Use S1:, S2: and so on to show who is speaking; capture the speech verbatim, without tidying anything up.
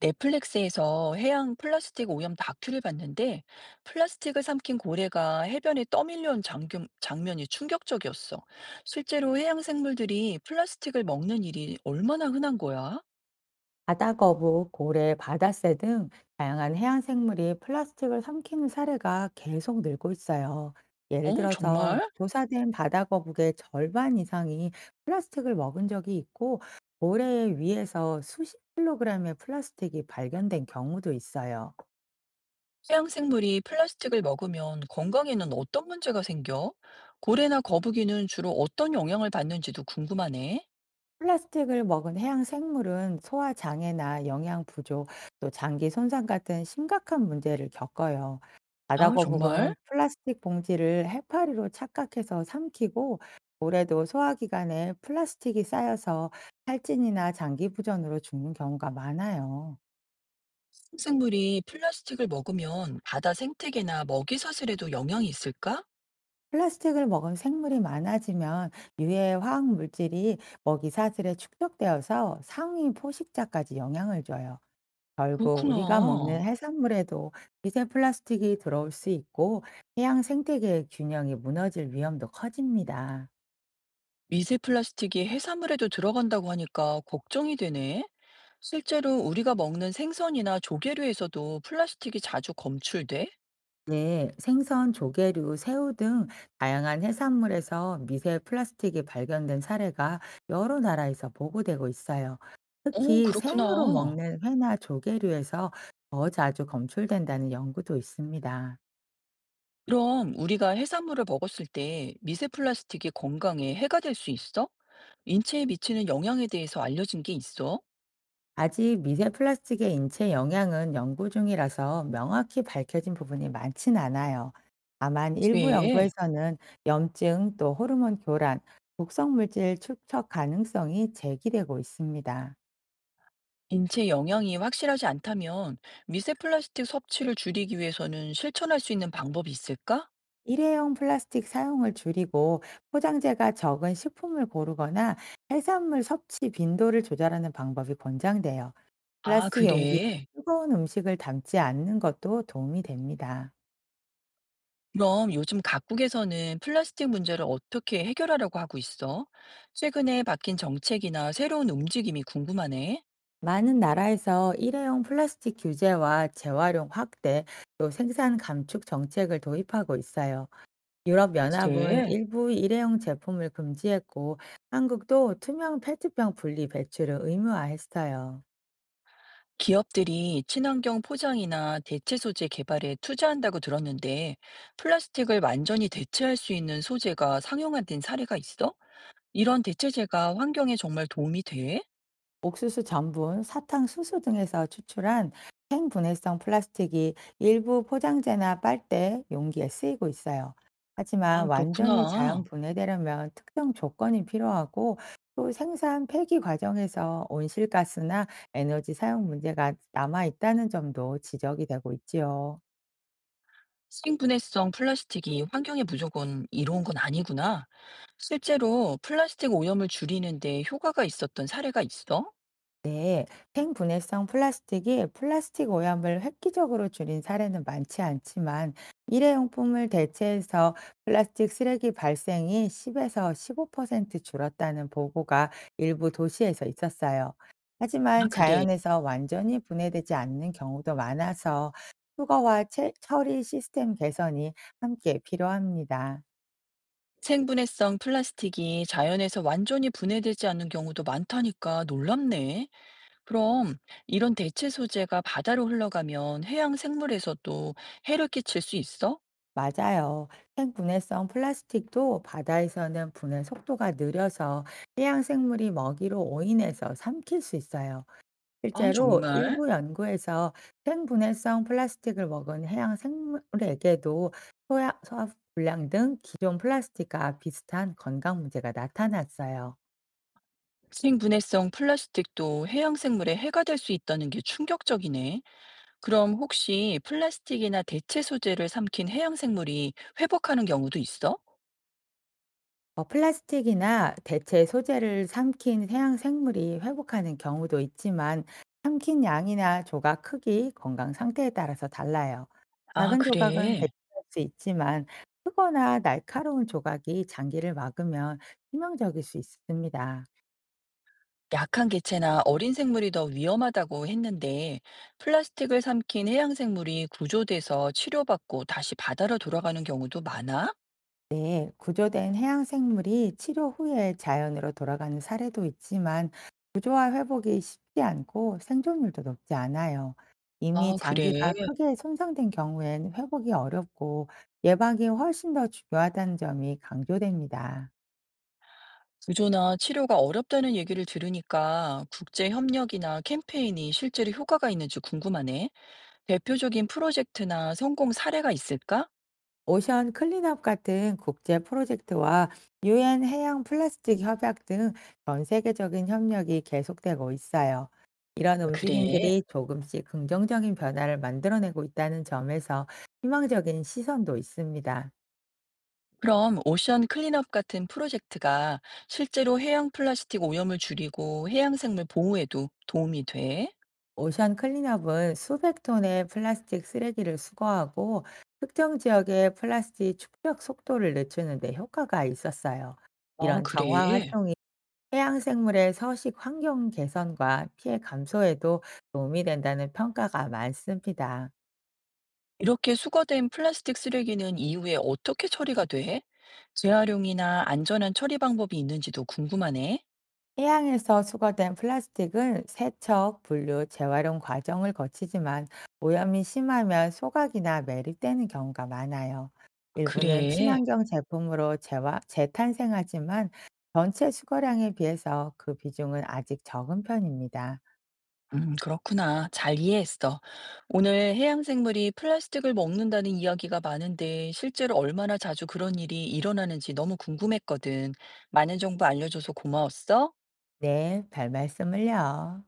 S1: 넷플릭스에서 해양 플라스틱 오염 다큐를 봤는데 플라스틱을 삼킨 고래가 해변에 떠밀려 온 장면, 장면이 충격적이었어. 실제로 해양 생물들이 플라스틱을 먹는 일이 얼마나 흔한 거야?
S2: 바다거북, 고래, 바다새 등 다양한 해양 생물이 플라스틱을 삼키는 사례가 계속 늘고 있어요. 예를
S1: 어,
S2: 들어서
S1: 정말?
S2: 조사된 바다거북의 절반 이상이 플라스틱을 먹은 적이 있고, 고래의 위에서 수십 킬로그램의 플라스틱이 발견된 경우도 있어요.
S1: 해양 생물이 플라스틱을 먹으면 건강에는 어떤 문제가 생겨? 고래나 거북이는 주로 어떤 영향을 받는지도 궁금하네.
S2: 플라스틱을 먹은 해양 생물은 소화 장애나 영양 부족, 또 장기 손상 같은 심각한 문제를 겪어요. 바다
S1: 아, 정말?
S2: 거북은 플라스틱 봉지를 해파리로 착각해서 삼키고, 올해도 소화기관에 플라스틱이 쌓여서 살찐이나 장기 부전으로 죽는 경우가 많아요.
S1: 생물이 플라스틱을 먹으면 바다 생태계나 먹이 사슬에도 영향이 있을까?
S2: 플라스틱을 먹은 생물이 많아지면 유해 화학 물질이 먹이 사슬에 축적되어서 상위 포식자까지 영향을 줘요. 결국 우리가 먹는
S1: 그렇구나.
S2: 해산물에도 미세 플라스틱이 들어올 수 있고 해양 생태계의 균형이 무너질 위험도 커집니다.
S1: 미세 플라스틱이 해산물에도 들어간다고 하니까 걱정이 되네. 실제로 우리가 먹는 생선이나 조개류에서도 플라스틱이 자주 검출돼?
S2: 네, 생선, 조개류, 새우 등 다양한 해산물에서 미세 플라스틱이 발견된 사례가 여러 나라에서 보고되고 있어요.
S1: 어,
S2: 특히 생으로
S1: 그렇구나.
S2: 먹는 회나 조개류에서 더 자주 검출된다는 연구도 있습니다.
S1: 그럼 우리가 해산물을 먹었을 때 미세 플라스틱이 건강에 해가 될 수 있어? 인체에 미치는 영향에 대해서 알려진 게 있어?
S2: 아직 미세 플라스틱의 인체 영향은 연구 중이라서 명확히 밝혀진 부분이 많진 않아요. 다만 일부
S1: 네.
S2: 연구에서는 염증 또 호르몬 교란, 독성 물질 축적 가능성이 제기되고 있습니다.
S1: 인체 영향이 확실하지 않다면 미세 플라스틱 섭취를 줄이기 위해서는 실천할 수 있는 방법이 있을까?
S2: 일회용 플라스틱 사용을 줄이고 포장재가 적은 식품을 고르거나 해산물 섭취 빈도를 조절하는 방법이 권장돼요.
S1: 아,
S2: 플라스틱 용기에
S1: 그래.
S2: 뜨거운 음식을 담지 않는 것도 도움이 됩니다.
S1: 그럼 요즘 각국에서는 플라스틱 문제를 어떻게 해결하려고 하고 있어? 최근에 바뀐 정책이나 새로운 움직임이 궁금하네.
S2: 많은 나라에서 일회용 플라스틱 규제와 재활용 확대, 또 생산 감축 정책을 도입하고 있어요. 유럽연합은
S1: 네.
S2: 일부 일회용 제품을 금지했고, 한국도 투명 페트병 분리 배출을 의무화했어요.
S1: 기업들이 친환경 포장이나 대체 소재 개발에 투자한다고 들었는데, 플라스틱을 완전히 대체할 수 있는 소재가 상용화된 사례가 있어? 이런 대체재가 환경에 정말 도움이 돼?
S2: 옥수수 전분, 사탕, 수수 등에서 추출한 생분해성 플라스틱이 일부 포장재나 빨대, 용기에 쓰이고 있어요. 하지만
S1: 아,
S2: 완전히 자연
S1: 그렇구나.
S2: 분해되려면 특정 조건이 필요하고 또 생산 폐기 과정에서 온실가스나 에너지 사용 문제가 남아 있다는 점도 지적이 되고 있지요.
S1: 식분해성 플라스틱이 환경에 무조건 이로운 건 아니구나. 실제로 플라스틱 오염을 줄이는데 효과가 있었던 사례가 있어?
S2: 네, 생분해성 플라스틱이 플라스틱 오염을 획기적으로 줄인 사례는 많지 않지만 일회용품을 대체해서 플라스틱 쓰레기 발생이 십에서 십오 퍼센트 줄었다는 보고가 일부 도시에서 있었어요.
S1: 아,
S2: 하지만
S1: 그래.
S2: 자연에서 완전히 분해되지 않는 경우도 많아서 수거와 채- 처리 시스템 개선이 함께 필요합니다.
S1: 생분해성 플라스틱이 자연에서 완전히 분해되지 않는 경우도 많다니까 놀랍네. 그럼 이런 대체 소재가 바다로 흘러가면 해양 생물에서도 해를 끼칠 수 있어?
S2: 맞아요. 생분해성 플라스틱도 바다에서는 분해 속도가 느려서 해양 생물이 먹이로 오인해서 삼킬 수 있어요.
S1: 아,
S2: 실제로
S1: 정말?
S2: 일부 연구에서 생분해성 플라스틱을 먹은 해양 생물에게도 소화, 소화 불량 등 기존 플라스틱과 비슷한 건강 문제가 나타났어요.
S1: 생분해성 플라스틱도 해양 생물에 해가 될 수 있다는 게 충격적이네. 그럼 혹시 플라스틱이나 대체 소재를 삼킨 해양 생물이 회복하는 경우도 있어?
S2: 어 플라스틱이나 대체 소재를 삼킨 해양 생물이 회복하는 경우도 있지만 삼킨 양이나 조각 크기, 건강 상태에 따라서 달라요.
S1: 아,
S2: 작은 조각은
S1: 그래.
S2: 배출할 수 있지만 크거나 날카로운 조각이 장기를 막으면 치명적일 수 있습니다.
S1: 약한 개체나 어린 생물이 더 위험하다고 했는데, 플라스틱을 삼킨 해양 생물이 구조돼서 치료받고 다시 바다로 돌아가는 경우도 많아?
S2: 네, 구조된 해양 생물이 치료 후에 자연으로 돌아가는 사례도 있지만 구조화 회복이 쉽지 않고 생존율도 높지 않아요. 이미
S1: 아, 그래.
S2: 장기가 크게 손상된 경우엔 회복이 어렵고 예방이 훨씬 더 중요하다는 점이 강조됩니다.
S1: 구조나 치료가 어렵다는 얘기를 들으니까 국제 협력이나 캠페인이 실제로 효과가 있는지 궁금하네. 대표적인 프로젝트나 성공 사례가 있을까?
S2: 오션 클린업 같은 국제 프로젝트와 유엔 해양 플라스틱 협약 등 전 세계적인 협력이 계속되고 있어요. 이런
S1: 그래.
S2: 움직임들이 조금씩 긍정적인 변화를 만들어내고 있다는 점에서 희망적인 시선도 있습니다.
S1: 그럼 오션 클린업 같은 프로젝트가 실제로 해양 플라스틱 오염을 줄이고 해양 생물 보호에도 도움이 돼?
S2: 오션 클린업은 수백 톤의 플라스틱 쓰레기를 수거하고 특정 지역의 플라스틱 축적 속도를 늦추는 데 효과가 있었어요.
S1: 아,
S2: 이런 정화
S1: 그래?
S2: 활동이 해양 생물의 서식 환경 개선과 피해 감소에도 도움이 된다는 평가가 많습니다.
S1: 이렇게 수거된 플라스틱 쓰레기는 이후에 어떻게 처리가 돼? 재활용이나 안전한 처리 방법이 있는지도 궁금하네.
S2: 해양에서 수거된 플라스틱은 세척, 분류, 재활용 과정을 거치지만 오염이 심하면 소각이나 매립되는 경우가 많아요. 일부는
S1: 그래.
S2: 친환경 제품으로 재 재탄생하지만 전체 수거량에 비해서 그 비중은 아직 적은 편입니다.
S1: 음, 그렇구나. 잘 이해했어. 오늘 해양 생물이 플라스틱을 먹는다는 이야기가 많은데 실제로 얼마나 자주 그런 일이 일어나는지 너무 궁금했거든. 많은 정보 알려줘서 고마웠어.
S2: 네, 별 말씀을요.